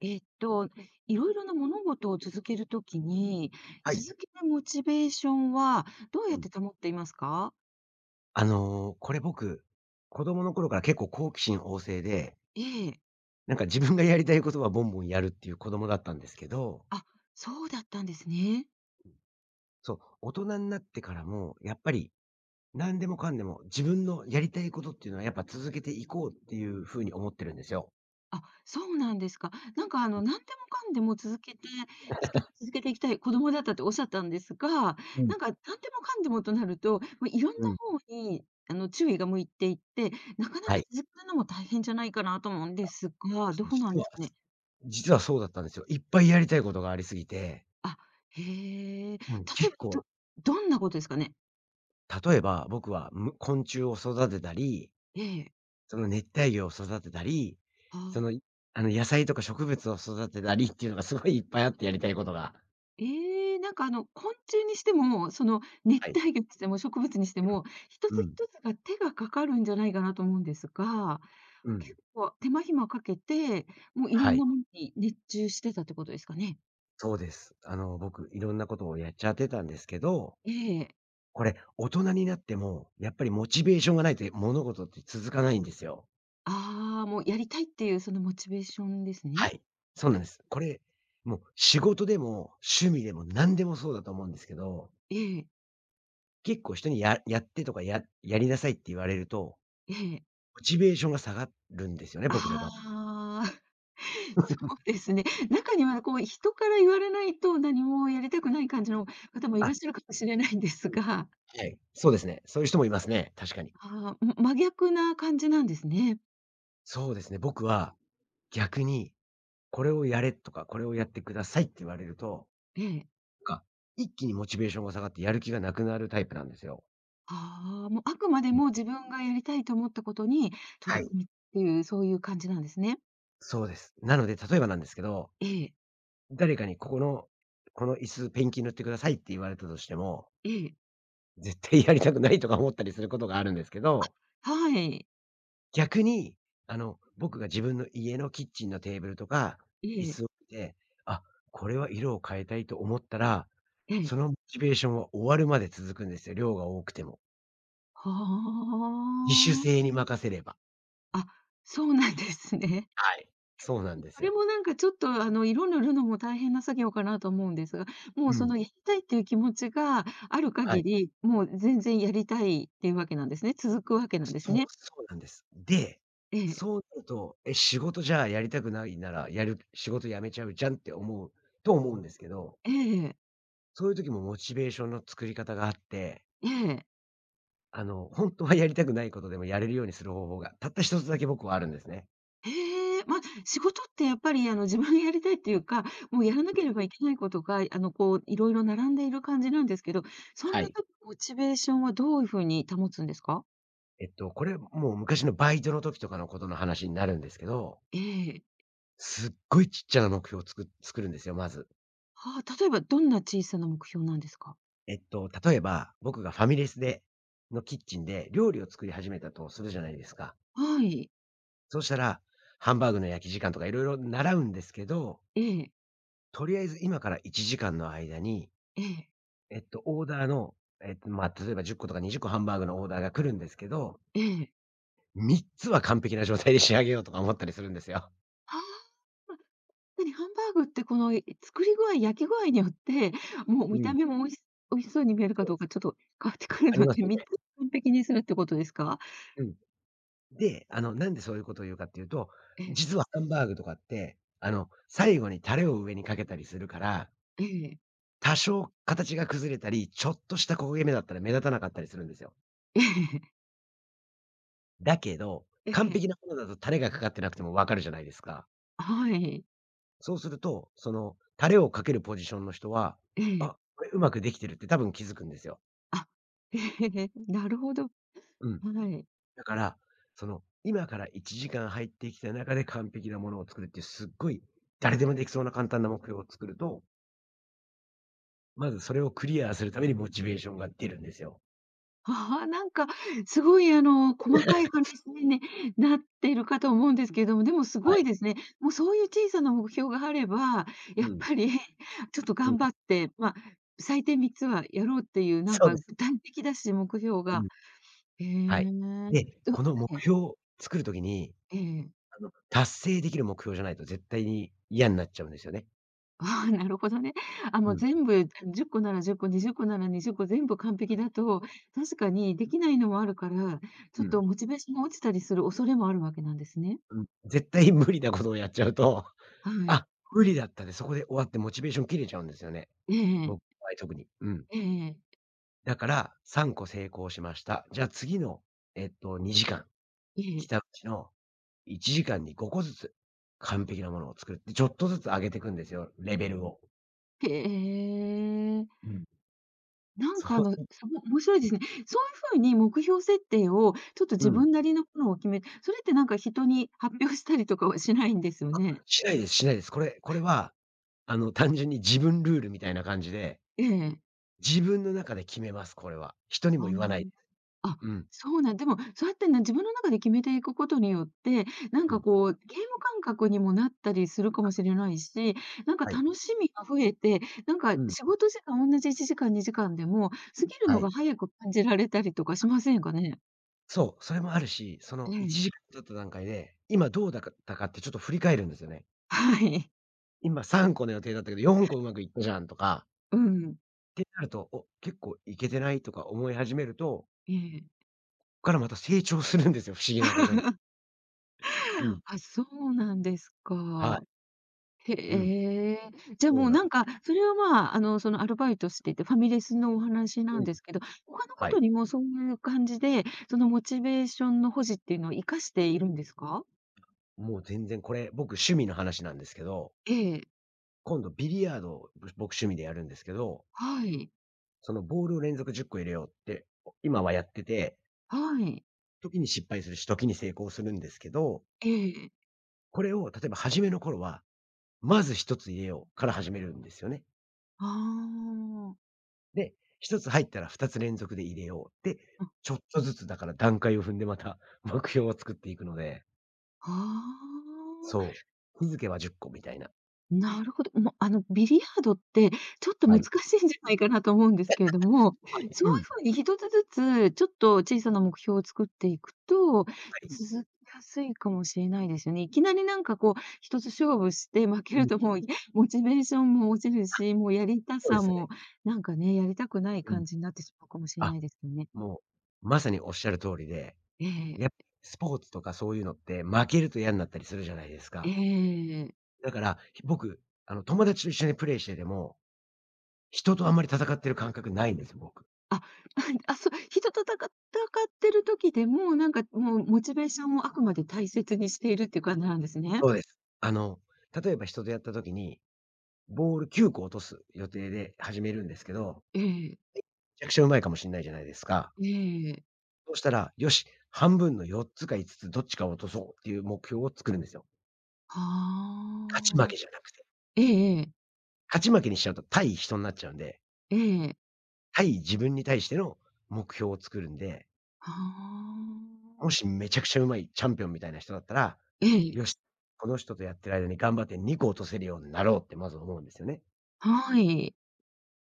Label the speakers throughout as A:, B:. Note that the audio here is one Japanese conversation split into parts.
A: えっと、いろいろな物事を続けるときに、
B: はい。
A: 続けるモチベーションはどう
B: う
A: やっ
B: ん。
A: て保っていますか？
B: これ僕、子供の頃から結構好奇心旺盛で、
A: ええ。
B: なんか自分がやりたいことはボンボンやるっていう子供だったんですけど、
A: あ、そうだったんですね。
B: そう、大人になってからも、やっぱり何でもかんでも自分のやりたいことっていうのはやっぱ続けていこうっていう風に思ってるんですよ。
A: あ、そうなんですか。なんかあの、何でもかんでも続けて続けていきたい子供だったっておっしゃったんですが、な
B: うん。
A: んか何でもかんでもとなると、まあ、いろんな
B: うん。
A: 方にあの、注意が向いていって、なかな
B: は
A: か
B: い。
A: 続けるのも大変じゃないかなと思うんですが、どうなん
B: 実
A: で
B: は、
A: すかね？
B: 実はそうだったんですよ。いっぱいやりたいことがありすぎて、
A: あ、へえ。例え
B: うん、結
A: ば、
B: 構、
A: どどんなことですかね？
B: 例えば僕は昆虫を育てたり、
A: ええ、
B: その熱帯魚を育てたり、
A: あ
B: その、野菜とか植物を育てたりっていうのがすごいいっぱいあってやりたいことが。
A: ええ、なんかあの、昆虫にしても、その熱
B: はい。
A: 帯魚にしても植物にしても、一
B: うん、
A: つ
B: うん、
A: 一つが手がかかるんじゃないかなと思うんですが、
B: うん。
A: 結構手間暇かけて、もういろ
B: は
A: ん
B: い、
A: なものに熱中してたってことですかね？
B: そうです。僕いろんなことをやっちゃってたんですけど、
A: ええ。
B: これ大人になっても、やっぱりモチベーションがないと物事って続かないんですよ。
A: ああ、もうやりたいっていうそのモチベーションです
B: は
A: ね。
B: い。そうなん
A: あ、
B: です。これ、もう仕事でも趣味でも何でもそうだと思うんですけど、
A: ええ、
B: 結構人にやってとかやりなさいって言われると、
A: ええ。
B: モチベーションが下がるんですよね、僕の場合。
A: ああ。そうですね。中にはこう人から言われないと何もやりたくない感じの方もい
B: あ、
A: らっしゃるかもしれないんです
B: うん、
A: が、
B: はい。そうですね。そういう人もいますね、確かに。
A: あーん、真逆な感じなんですね。
B: そうですね、僕は、逆に、これをやれとか、これをやってくださいって言われると、
A: ええ。
B: なんか、一気にモチベーションが下がってやる気がなくなるタイプなんですよ。
A: ああ、もうあくまで
B: うん。
A: も自分がやりたいと思ったことに
B: は
A: 取り
B: い。
A: 組むっていう、そういう感じなんですね。
B: そうです。なので、例えばなんですけど、
A: ええ、
B: 誰かにここの、この椅子ペンキ塗ってくださいって言われたとしても、
A: ええ、
B: 絶対やりたくないとか思ったりすることがあるんですけど
A: はい。
B: 逆に、僕が自分の家のキッチンのテーブルとか、
A: え
B: 椅
A: え、
B: 子を見て、あ、これは色を変えたいと思ったら、
A: ええ。
B: そのモチベーションは終わるまで続くんですよ、量が多くても。
A: は
B: 自主
A: あ。
B: 性に任せれば。
A: あ、そうなんですね。
B: はい。そうなんで
A: そ
B: す
A: れ
B: よ。
A: もなんかちょっとあの色塗るのも大変な作業かなと思うんですが、も
B: う
A: うそ
B: ん。
A: のやりたいっていう気持ちがある
B: は
A: 限
B: い。
A: り、もう全然やりたいっていうわけなんですね。続くわけなんですね。
B: そうなんです。で、
A: ええ、
B: そうなると、仕事じゃあやりたくないなら、仕事辞めちゃうじゃんって思うんですけど、
A: ええ、
B: そういう時もモチベーションの作り方があって
A: ええ。
B: 本当はやりたくないことでもやれるようにする方法が、たった一つだけ僕はあるんですね。
A: ええ、ま、仕事ってやっぱりあの自分がやりたいっていうか、もうやらな
B: う
A: け
B: ん、
A: ればいけないことが、あのこういろいろ並んでいる感じなんですけど、そん
B: は
A: な
B: い。
A: 時モチベーションはどういうふうに保つんですか？
B: これ、もう昔のバイトの時とかのことの話になるんですけど、
A: ええ。
B: すっごいちっちゃな目標を作るんですよ、まず。
A: はあ、例えばどんな小さな目標なんですか？
B: 例えば、僕がファミレスのキッチンで料理を作り始めたとするじゃないですか。
A: はい。
B: そうしたら、ハンバーグの焼き時間とかいろいろ習うんですけど、
A: ええ、
B: とりあえず今から1時間の間に、
A: ええ。
B: えっと、オーダーの、えっと、まあ、例えば10個とか20個ハンバーグのオーダーが来るんですけど、
A: ええ。
B: 3つは完璧な状態で仕上げようとか思ったりするんですよ。
A: ああ、なに、ハンバーグってこの、作り具合、焼き具合によって、もう
B: う
A: 見た
B: ん。
A: 目も美味しそうに見えるか
B: そう
A: ど
B: で
A: うか
B: す。
A: ちょっと変わってくる
B: あり
A: の
B: ます
A: で、
B: よ
A: 3つ
B: ね。
A: 完璧にするってことですか？
B: うん。で、なんでそういうことを言うかっていうと、
A: ええ、
B: 実はハンバーグとかって、最後にタレを上にかけたりするから、
A: ええ、
B: 多少形が崩れたり、ちょっとした焦げ目だったら目立たなかったりするんですよ。
A: ええ、
B: だけど、
A: え
B: 完
A: え、
B: 璧なものだとタレがかかってなくてもわかるじゃないですか。
A: はい、
B: そうすると、タレをかけるポジションの人は、
A: ええ、
B: これうまくできてるって多分気づくんですよ。
A: あ、ええ、なるほど、
B: うん。
A: はい。
B: だから、今から1時間入ってきた中で完璧なものを作るっていうすっごい誰でもできそうな簡単な目標を作ると、まずそれをクリアするためにモチベーションが出るんですよ。
A: ああ、なんか、すごい、あの、細かい話にね、なってるかと思うんですけれども、でもす
B: は
A: ごい
B: い。
A: ですね。もうそういう小さな目標があれば、
B: う
A: やっ
B: ん、
A: ぱりちょっと
B: う
A: 頑
B: ん。
A: 張って、まあ、最低3つはやろうっていう、なん
B: そうで
A: か
B: す。
A: 具体的だし、目標
B: う
A: が。
B: ん、
A: へ
B: はい。
A: え。
B: で、
A: ど
B: この目
A: ええ、
B: 標を作るときに、
A: ええ。
B: 達成できる目標じゃないと絶対に嫌になっちゃうんですよね。
A: ああ、なるほどね。あ、も
B: う
A: う
B: ん、
A: 全部10個なら10個、20個なら20個全部完璧だと、確かにできないのもあるから、
B: う
A: ちょっ
B: ん、
A: とモチベーションが落ちたりする恐れもあるわけなんですね。
B: うん。絶対無理なことをやっちゃうと、
A: はい。
B: あ、無理だったで、そこで終わってモチベーション切れちゃうんですよね。
A: え
B: 僕の
A: え
B: 場合特に。うん。
A: ええ、
B: だから、3個成功しました。じゃあ次の、2時間、来たうちの1時間に5個ずつ、完璧なものを作って、ちょっとずつ上げてくんですよ、レベルを。
A: へえ。
B: うん。
A: なん
B: そ
A: かあの、
B: う、
A: 面白いですね。そういう風に目標設定をちょっと
B: う
A: 自
B: ん。
A: 分なりのものを決めってなんか人に発表したりとかはしないんですよね？
B: しないですしないです。これは、単純に自分ルールみたいな感じで、
A: ええ。
B: 自分の中で決めます、これは。人に
A: あ
B: も
A: あ。
B: 言わない。
A: あ、
B: うん、
A: そうなんでも、そうやってね、自分の中で決めていくことによって、なん
B: う
A: か
B: ん、
A: こう、ゲーム感覚にもなったりするかもしれないし、なんか
B: はい、
A: 楽しみが増えて、なんか
B: うん、
A: 仕事時間同じ1時間、2時間でも、過ぎる
B: は
A: の
B: い。
A: が早く感じられたりとかしませんかね？
B: そう、それもあるし、そ
A: え
B: の
A: え。
B: 1時間経った段階で、今どうだかったかってちょっと振り返るんですよね。
A: はい。
B: 今3個の予定だったけど、4個うまくいったじゃんとか、
A: うん。
B: ってなると、お、結構いけてないとか思い始めると、
A: ええ。
B: こからまた成長するんですよ、不思議なことに。うん。
A: あ、そうなんです
B: はい。
A: か。へ
B: うん。
A: え。じゃあ
B: そう
A: もう
B: なん
A: なんか、それはまあ、あの、そのアルバイトしてて、ファミレスのお話な
B: う
A: ん
B: ん。
A: ですけど、他のこ
B: は
A: と
B: い。
A: にもそういう感じで、そのモチベーションの保持っていうのを活かしているんですか？
B: もう全然これ、僕趣味の話なんですけど、
A: ええ、
B: 今度ビリヤードを僕趣味でやるんですけど、
A: はい、
B: そのボールを連続10個入れようって、今はやってて、
A: はい、
B: 時に失敗するし、時に成功するんですけど、
A: ええ。
B: これを例えば初めの頃は、まず1つ入れようから始めるんですよね。
A: ああ。
B: で、1つ入ったら2つ連続で入れよう。で、
A: あ、
B: ちょっとずつだから段階を踏んでまた 目標を作っていくので、
A: ああ。
B: そう、日付は10個みたいな。
A: なるほど。もう、あの、ビリヤードって、ちょっと
B: は
A: 難
B: い。
A: しいんじゃないかなと思うんですけれども、そう
B: はい、
A: いう
B: うん、は
A: 風に一つずつ、ちょっと小さな目標を作っていくと、
B: い、
A: 続きやすいかもしれないですよね。いきなりなんかこう、一つ勝負して負け
B: う
A: る
B: ん、
A: ともう、モチベーションも落ちる
B: あ、
A: し、もうやりた
B: そうで
A: さ
B: すよ
A: も、
B: ね。
A: なんかね、やりたくない
B: うん。
A: 感じになってしまうかもしれな
B: あ、
A: いですよね。
B: もうまさにおっしゃる通りで、
A: え
B: や
A: え、
B: スポーツとかそういうのって負けると嫌になったりするじゃないです
A: え
B: か。
A: え。
B: だから、僕、友達と一緒にプレイしてても、人とあんまり戦ってる感覚ないんですよ、僕。
A: あ、あ、そう、人と戦ってる時でも、なんかもうモチベーションをあくまで大切にしているっていう感じなんですね。
B: そうです。例えば人とやった時にボール9個落とす予定で始めるんですけど、
A: ええ、
B: めちゃくちゃうまいかもしんないじゃないですか。
A: ええ、
B: そうしたら、よし、半分の4つか5つどっちかを落とそうっていう目標を作るんですよ。
A: は
B: 勝ち負
A: あ。
B: けじゃなくて。
A: ええええ、
B: 勝ち負けにしちゃうと対人になっちゃうんで、
A: ええ、
B: 対自分に対しての目標を作るんで、
A: はあ。
B: もしめちゃくちゃうまいチャンピオンみたいな人だったら、
A: ええ、
B: よし、この人とやってる間に頑張って2個落とせるようになろうってまず思うんですよね。
A: はい、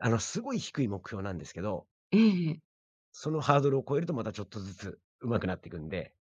B: すごい低い目標なんですけど、
A: ええ。
B: そのハードルを超えるとまたちょっとずつ上手くなっていくんで、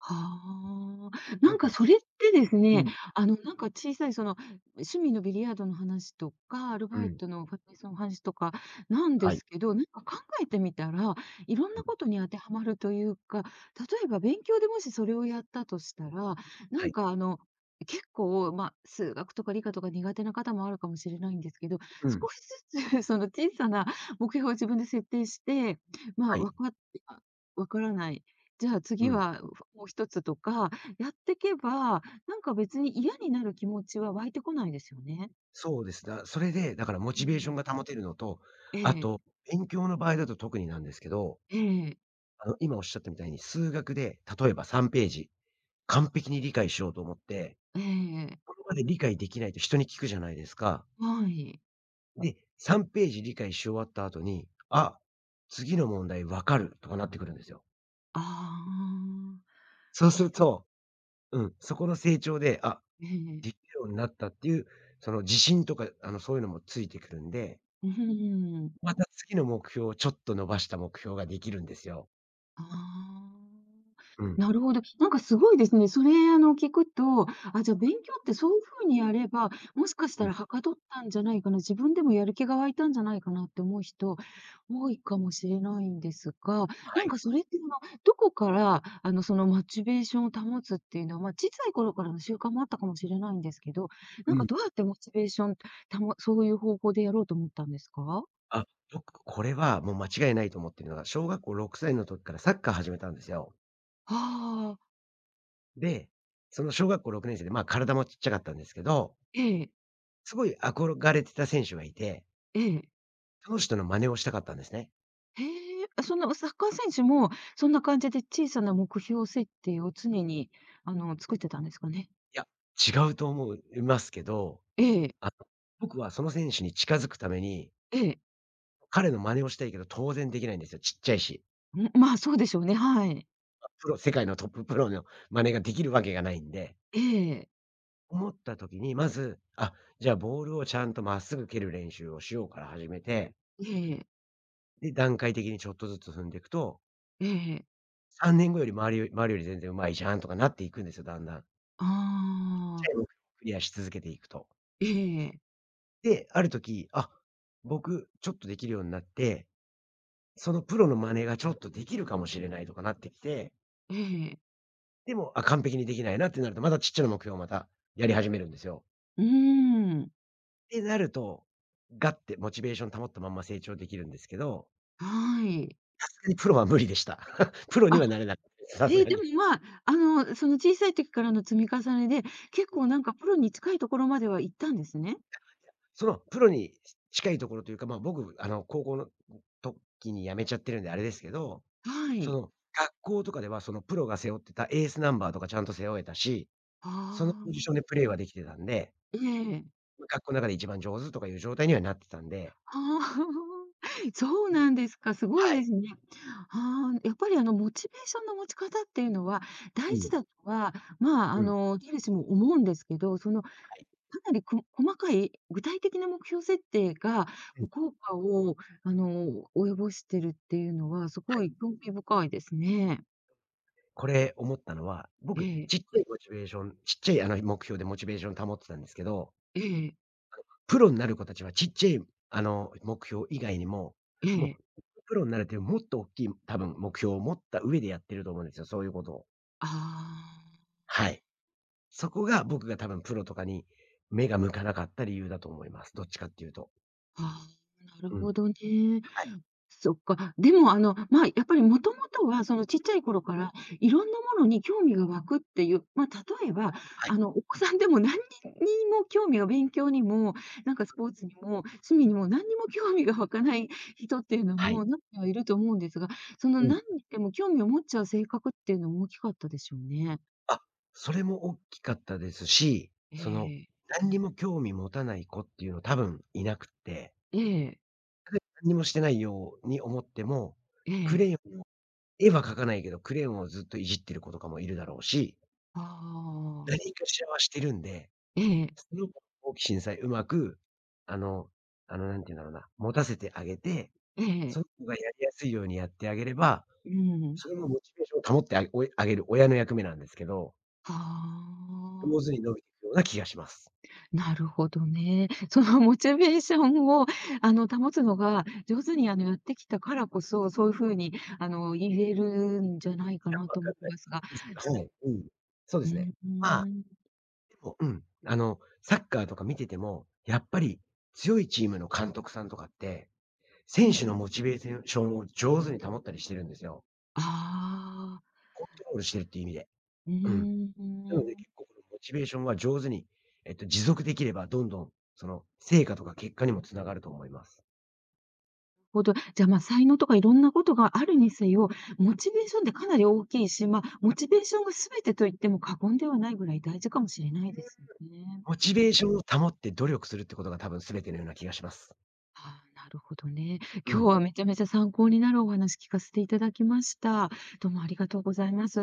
A: はあ。なん
B: 僕
A: か
B: は
A: それってです
B: う
A: ね、
B: ん。
A: あの、なんか小さいその、趣味のビリヤードの話とか、アル
B: う
A: バイ
B: ん。
A: トのバイトの話とかなんで
B: はい。
A: すけど、なんか考えてみたら、いろん
B: う
A: な
B: ん。
A: ことに当てはまるというか、例えば勉強でもしそれをやったとしたら、な
B: は
A: ん
B: い。
A: かあの、結構、まあ、数学とか理科とか苦手な方もあるかもしれないんですけど、
B: うん。
A: 少しずつ その小さな目標を自分で設定して、ま
B: は
A: あ、
B: い。
A: わかってあ、わからない、じゃあ
B: う
A: 次
B: ん。
A: はもう一つとか、やってけば、なんか別に嫌になる気持ちは湧いてこないですよね。
B: そうです。それで、だからモ
A: う
B: チベーション
A: ん。
B: が保てるのと、
A: え
B: あ
A: え、
B: と、勉強の場合だと特になんですけど、
A: ええ、
B: 今おっしゃったみたいに数学で、例えば3ページ、完璧に理解しようと思って、
A: ええ。
B: これまで理解できないと人に聞くじゃないですか。
A: はい。
B: で、3ページ理解し終わった後に、次の問題わかるとかなってくるんですよ。
A: ああ、
B: そうす
A: な
B: る
A: るほど
B: と、うん、そこの成長で、あ、
A: ええ。
B: できるようになったっていう、その自信とか、そういうのもついてくるんで、
A: うーん。
B: また次の目標をちょっと伸ばした目標ができるんですよ。
A: ああ、
B: うん。
A: なるほど。なんかすごいですね。それ、あの、聞くと、あ、じゃあ勉強ってそういうふうにやれば、もしかし
B: う
A: た
B: ん。
A: らはかどったんじゃないかな、自分でもやる気が湧いたんじゃないかなって思う人、多いかもしれないんですが、
B: は
A: なん
B: い。
A: かそれって、その、どこから、あの、その、モチベーションを保つっていうのは、まあ、小さい頃からの習慣もあったかもしれないんですけど、な
B: う
A: んか
B: ん。
A: どうやってモチベーションたそういう方法でやろうと思ったんですか？
B: あ、僕これはもう間違いないと思ってるのが、小学校6歳の時からサッカー始めたんですよ。
A: ああー、
B: で、その小学校6年生で、まあ、体もちっちゃかったんですけど、
A: ええ、
B: すごい憧れてた選手がいて、
A: ええ。
B: その人の真似をしたかったんですね。
A: へえ、あ、そのサッカー選手も、そんな感じで小さな目標設定を常に、あの、作ってたんですかね？
B: いや、違うと思ういますけど、
A: ええ、
B: あの、僕はその選手に近づくために
A: ええ、
B: 彼の真似をしたいけど、当然できないんですよ、ちっちゃいし。
A: ん、まあ、そうでしょうね、はい。
B: プロ世界のトッププロの真似ができるわけがないんで。
A: ええ、
B: 思った時に、まず、あ、じゃあボールをちゃんとまっすぐ蹴る練習をしようから始めて、
A: ええ、
B: で、段階的にちょっとずつ踏んでいくと、
A: ええ、
B: 3年後より周りより全然上手いじゃんとかなっていくんですよ、だんだん。ちっ
A: あ
B: ちゃい目
A: あ、
B: 標をクリアし続けていくと。
A: ええ、
B: で、ある時、あ、僕ちょっとできるようになって、そのプロの真似がちょっとできるかもしれないとかなってきて
A: ええ、
B: でも、あ、完璧にできないなってなると、またちっちゃな目標をまたやり始めるんですよ。
A: うーん、
B: ってなると、ガッてモチベーション保ったまんま成長できるんですけど、
A: はい。
B: さすがにプロは無理でした。プロに
A: あ、
B: はなれなかったです、さす
A: ええ、
B: が
A: でも、
B: に。
A: まあ、あの、その小さい時からの積み重ねで、結構なんかプロに近いところまでは行ったんですね。
B: そのプロに近いところというか、まあ、僕、高校の時に辞めちゃってるんであれですけど、
A: は
B: そ
A: い。
B: の、学校とかではそのプロが背負ってたエースナンバーとかちゃんと背負えたし、
A: あ
B: そのポジ
A: あ、
B: ションでプレーはできてたんで、
A: ええ。
B: ま学校の中で一番上手とかいう状態にはなってたんで。
A: ああ、そうなんですか。すごい
B: は
A: で
B: い。
A: すね。ああ、やっぱりあの、モチベーションの持ち方っていうのは
B: う
A: 大事
B: ん。
A: だとは、まあ、
B: う
A: あ
B: ん。
A: の、誰しも思うんですけど、その、か
B: はい。
A: なりこ細かい具体的な目標設定が、
B: うん。
A: こう効果を、あの、及ぼしてるっていうのは、す
B: は
A: ご
B: い。
A: い興味深いですね。
B: これ思ったのは、
A: え
B: 僕、
A: え、
B: ちっちゃいモチベーションちっちゃいあの目標でモチベーション保ってたんですけど、
A: ええ、
B: プロになる子たちはちっちゃいあの目標以外にも、
A: え
B: も
A: え。
B: うプロになるというもっと大きい多分目標を持った上でやってると思うんですよ、そういうことを。
A: あ
B: はい。そこが僕が多分プロとかに目が向かなかった理由だと思います。どっちかっていうと。
A: あ、ああ、なる
B: うん。
A: ほどね。
B: はい。
A: そっか。でも、あの、まあ、やっぱりもともとは、そのちっちゃい頃から、いろんなものに興味が湧くっていう、まあ、例えば、
B: はい。
A: あの、お子さんでも何にも興味が勉強にも、なんかスポーツにも、趣味にも何にも興味が湧かない人っていうの
B: はい。
A: も、中にはいると思うんですが、その
B: うん。
A: 何にでも興味を持っちゃう性格っていうのも大きかったでしょうね。
B: あ、それも大きかったですし、
A: え
B: その、
A: え、
B: 何にも興味持たない子っていうの多分いなくって
A: ええ、
B: はい、何にもしてないように思っても、
A: え
B: クレ
A: え。
B: ヨンの絵は描かないけど、クレヨンをずっといじってる子とかもいるだろうし、
A: ああ、
B: 何かしらはしてるんで、
A: ええ、
B: その子の好奇心さえうまく、あのなんて言うんだろうな、持たせてあげて、
A: え
B: そ
A: え、
B: の子がやりやすいようにやってあげれば、
A: うん。
B: それもモチベーションを保ってあげおえあげる親の役目なんですけど、
A: は
B: 上
A: あ。
B: 手に伸びていくような気がします。
A: なるほどね。そのモチベーションを、あの、保つのが上手に、あの、やってきたからこそ、そういう風に、あの、言えるんじゃな
B: 分
A: いかな
B: わ
A: と
B: か
A: 思
B: ん
A: う
B: な
A: ん
B: い
A: ですが。
B: ですけど、はい、うん。そうで
A: う
B: す
A: ー
B: ね。まあ
A: ん。
B: おうん。サッカーとか見てても、やっぱり強いチームの監督さんとかって、選手のモチベーションを上手に保ったりしてるんですよ。
A: ああ、
B: コントロールしてるっていう意味で。
A: うー
B: うん。
A: ん、
B: なので
A: なる
B: 結構このモチベーションは上手に、持続できれば、どんどん、その、成果とか結果にもつながると思います。
A: ほど。じゃあ、まあ、才能とかいろんなことがあるにせよ、モチベーションってかなり大きいし、まあ、モチベーションが全てと言っても過言ではないぐらい大事かもしれないですよね。
B: モチベーションを保って努力するってことが多分全てのような気がします。
A: ああ、なるほどね。
B: う
A: 今日
B: ん。こ
A: はめちゃめちゃ参考になるお話聞かせていただきました。どうもありがとうございます。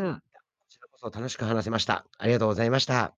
B: ちらこそ楽しく話せました。ありがとうございました。